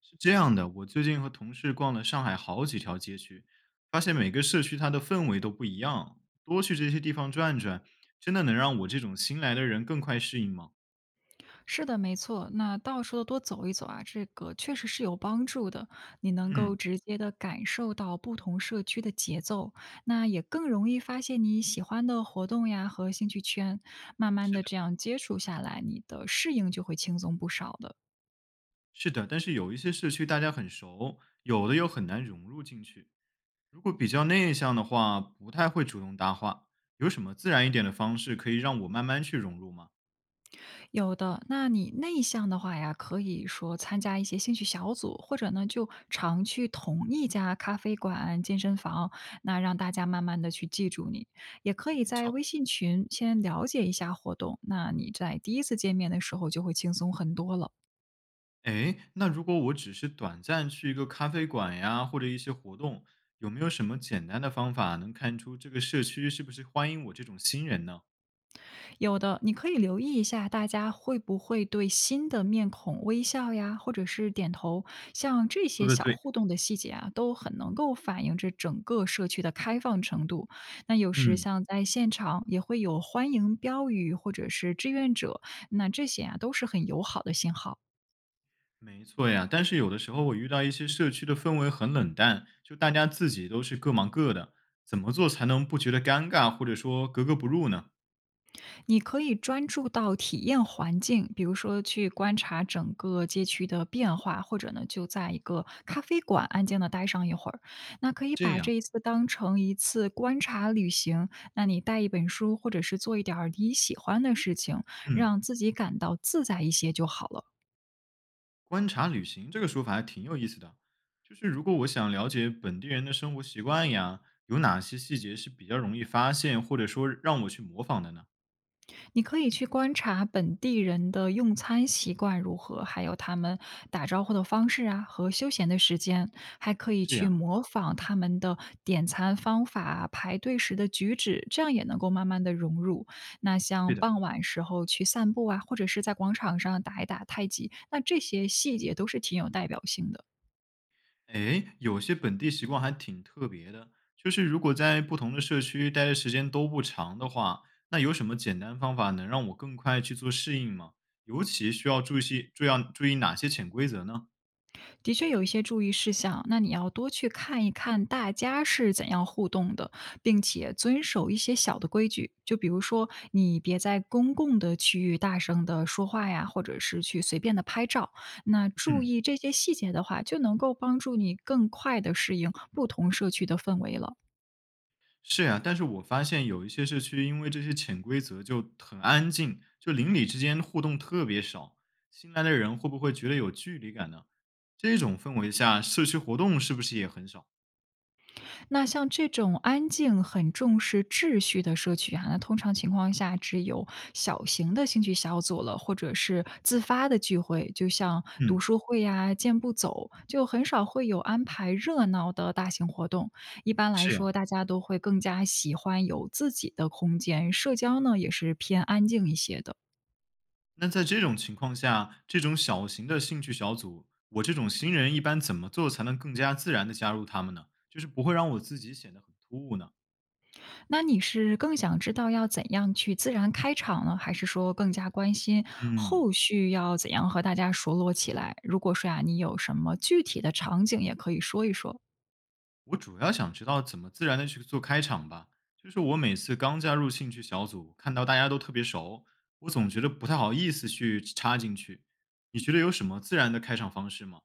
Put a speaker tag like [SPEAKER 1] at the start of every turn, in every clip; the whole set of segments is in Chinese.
[SPEAKER 1] 是这样的，我最近和同事逛了上海好几条街区，发现每个社区它的氛围都不一样。多去这些地方转转，真的能让我这种新来的人更快适应吗？
[SPEAKER 2] 是的，没错。那到处的多走一走啊，这个确实是有帮助的。你能够
[SPEAKER 1] 嗯，
[SPEAKER 2] 直接的感受到不同社区的节奏，那也更容易发现你喜欢的活动呀和兴趣圈。慢慢
[SPEAKER 1] 是
[SPEAKER 2] 的
[SPEAKER 1] 的，
[SPEAKER 2] 这样接触下来，你的适应就会轻松不少的。
[SPEAKER 1] 是的。但是有一些社区大家很熟，有的又很难融入进去。如果比较内向的话，不太会主动搭话。有什么自然一点的方式可以让我慢慢去融入吗？
[SPEAKER 2] 有的，那你内向的话呀，可以说参加一些兴趣小组，或者呢，就常去同一家咖啡馆、健身房，那让大家慢慢的去记住你。也可以
[SPEAKER 1] 没
[SPEAKER 2] 在微
[SPEAKER 1] 错，
[SPEAKER 2] 信群先了解一下活动，那你在第一次见面的时候就会轻松很多了。
[SPEAKER 1] 哎，那如果我只是短暂去一个咖啡馆呀，或者一些活动，有没有什么简单的方法能看出这个社区是不是欢迎我这种新人呢？
[SPEAKER 2] 有的，你可以留意一下大家会不会对新的面孔微笑呀，或者是点头，像这
[SPEAKER 1] 说
[SPEAKER 2] 些
[SPEAKER 1] 的
[SPEAKER 2] 小
[SPEAKER 1] 对，
[SPEAKER 2] 互动的细节啊，都很能够反映着整个社区的开放程度。那有时
[SPEAKER 1] 嗯，
[SPEAKER 2] 像在现场也会有欢迎标语或者是志愿者，那这些啊都是很友好的信号。
[SPEAKER 1] 没错呀，但是有的时候我遇到一些社区的氛围很冷淡，就大家自己都是各忙各的，怎么做才能不觉得尴尬，或者说格格不入呢？
[SPEAKER 2] 你可以专注到体验环境，比如说去观察整个街区的变化，或者呢就在一个咖啡馆安静的待上一会儿。那可以
[SPEAKER 1] 这
[SPEAKER 2] 把
[SPEAKER 1] 样。
[SPEAKER 2] 这一次当成一次观察旅行，那你带一本书，或者是做一点儿你喜欢的事情，
[SPEAKER 1] 嗯。
[SPEAKER 2] 让自己感到自在一些就好了。
[SPEAKER 1] 观察旅行这个说法还挺有意思的，就是如果我想了解本地人的生活习惯呀，有哪些细节是比较容易发现，或者说让我去模仿的呢？
[SPEAKER 2] 你可以去观察本地人的用餐习惯如何，还有他们打招呼的方式啊和休闲的时间，还可以
[SPEAKER 1] 这
[SPEAKER 2] 去
[SPEAKER 1] 样，
[SPEAKER 2] 模仿他们的点餐方法、排队时的举止，这样也能够慢慢的融入。那
[SPEAKER 1] 对
[SPEAKER 2] 像
[SPEAKER 1] 的。
[SPEAKER 2] 傍晚时候去散步啊，或者是在广场上打一打太极，那这些细节都是挺有代表性的。
[SPEAKER 1] 哎，有些本地习惯还挺特别的，就是如果在不同的社区待的时间都不长的话，那有什么简单方法能让我更快去做适应吗？尤其需要注意些注意哪些潜规则呢？
[SPEAKER 2] 的确有一些注意事项，那你要多去看一看大家是怎样互动的，并且遵守一些小的规矩。就比如说，你别在公共的区域大声的说话呀，或者是去随便的拍照。那注
[SPEAKER 1] 嗯。
[SPEAKER 2] 意这些细节的话，就能够帮助你更快的适应不同社区的氛围了。
[SPEAKER 1] 是呀，但是我发现有一些社区因为这些潜规则就很安静，就邻里之间互动特别少。新来的人会不会觉得有距离感呢？这种氛围下，社区活动是不是也很少？
[SPEAKER 2] 那像这种安静、很重视秩序的社区啊，那通常情况下只有小型的兴趣小组了，或者是自发的聚会，就像读
[SPEAKER 1] 嗯，
[SPEAKER 2] 书会呀、健步走，就很少会有安排热闹的大型活动。一般来
[SPEAKER 1] 是呀。
[SPEAKER 2] 说，大家都会更加喜欢有自己的空间，社交呢也是偏安静一些的。
[SPEAKER 1] 那在这种情况下，这种小型的兴趣小组，我这种新人一般怎么做才能更加自然的加入他们呢？就是不会让我自己显得很突兀呢？
[SPEAKER 2] 那你是更想知道要怎样去自然开场呢，还是说更加关心
[SPEAKER 1] 嗯，
[SPEAKER 2] 后续要怎样和大家熟络起来？如果说呀，你有什么具体的场景，也可以说一说。
[SPEAKER 1] 我主要想知道怎么自然的去做开场吧。就是我每次刚加入兴趣小组，看到大家都特别熟，我总觉得不太好意思去插进去。你觉得有什么自然的开场方式吗？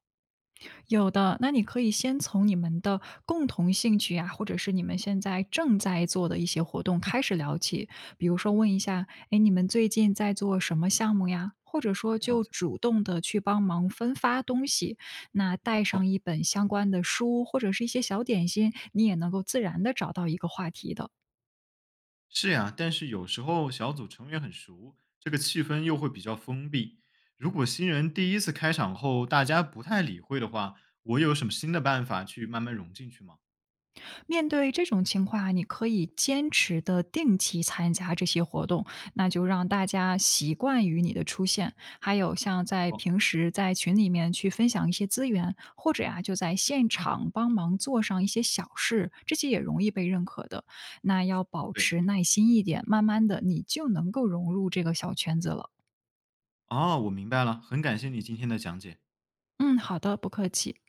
[SPEAKER 2] 有的，那你可以先从你们的共同兴趣啊，或者是你们现在正在做的一些活动开始聊起。比如说问一下，哎，你们最近在做什么项目呀？或者说
[SPEAKER 1] 这样
[SPEAKER 2] 就
[SPEAKER 1] 子，
[SPEAKER 2] 主动的去帮忙分发东西，那
[SPEAKER 1] 不
[SPEAKER 2] 带
[SPEAKER 1] 错，
[SPEAKER 2] 上一本相关的书或者是一些小点心，你也能够自然的找到一个话题的。
[SPEAKER 1] 是呀，但是有时候小组成员很熟，这个气氛又会比较封闭。如果新人第一次开场后大家不太理会的话，我有什么新的办法去慢慢融进去吗？
[SPEAKER 2] 面对这种情况啊你可以坚持的定期参加这些活动，那就让大家习惯于你的出现。还有像在
[SPEAKER 1] 哦，
[SPEAKER 2] 平时在群里面去分享一些资源，或者呀、就在现场帮忙做上一些小事，这些也容易被认可的。那要保
[SPEAKER 1] 对，
[SPEAKER 2] 持耐心一点，慢慢的你就能够融入这个小圈子了。
[SPEAKER 1] 哦，我明白了，很感谢你今天的讲解。
[SPEAKER 2] 嗯，好的，不客气。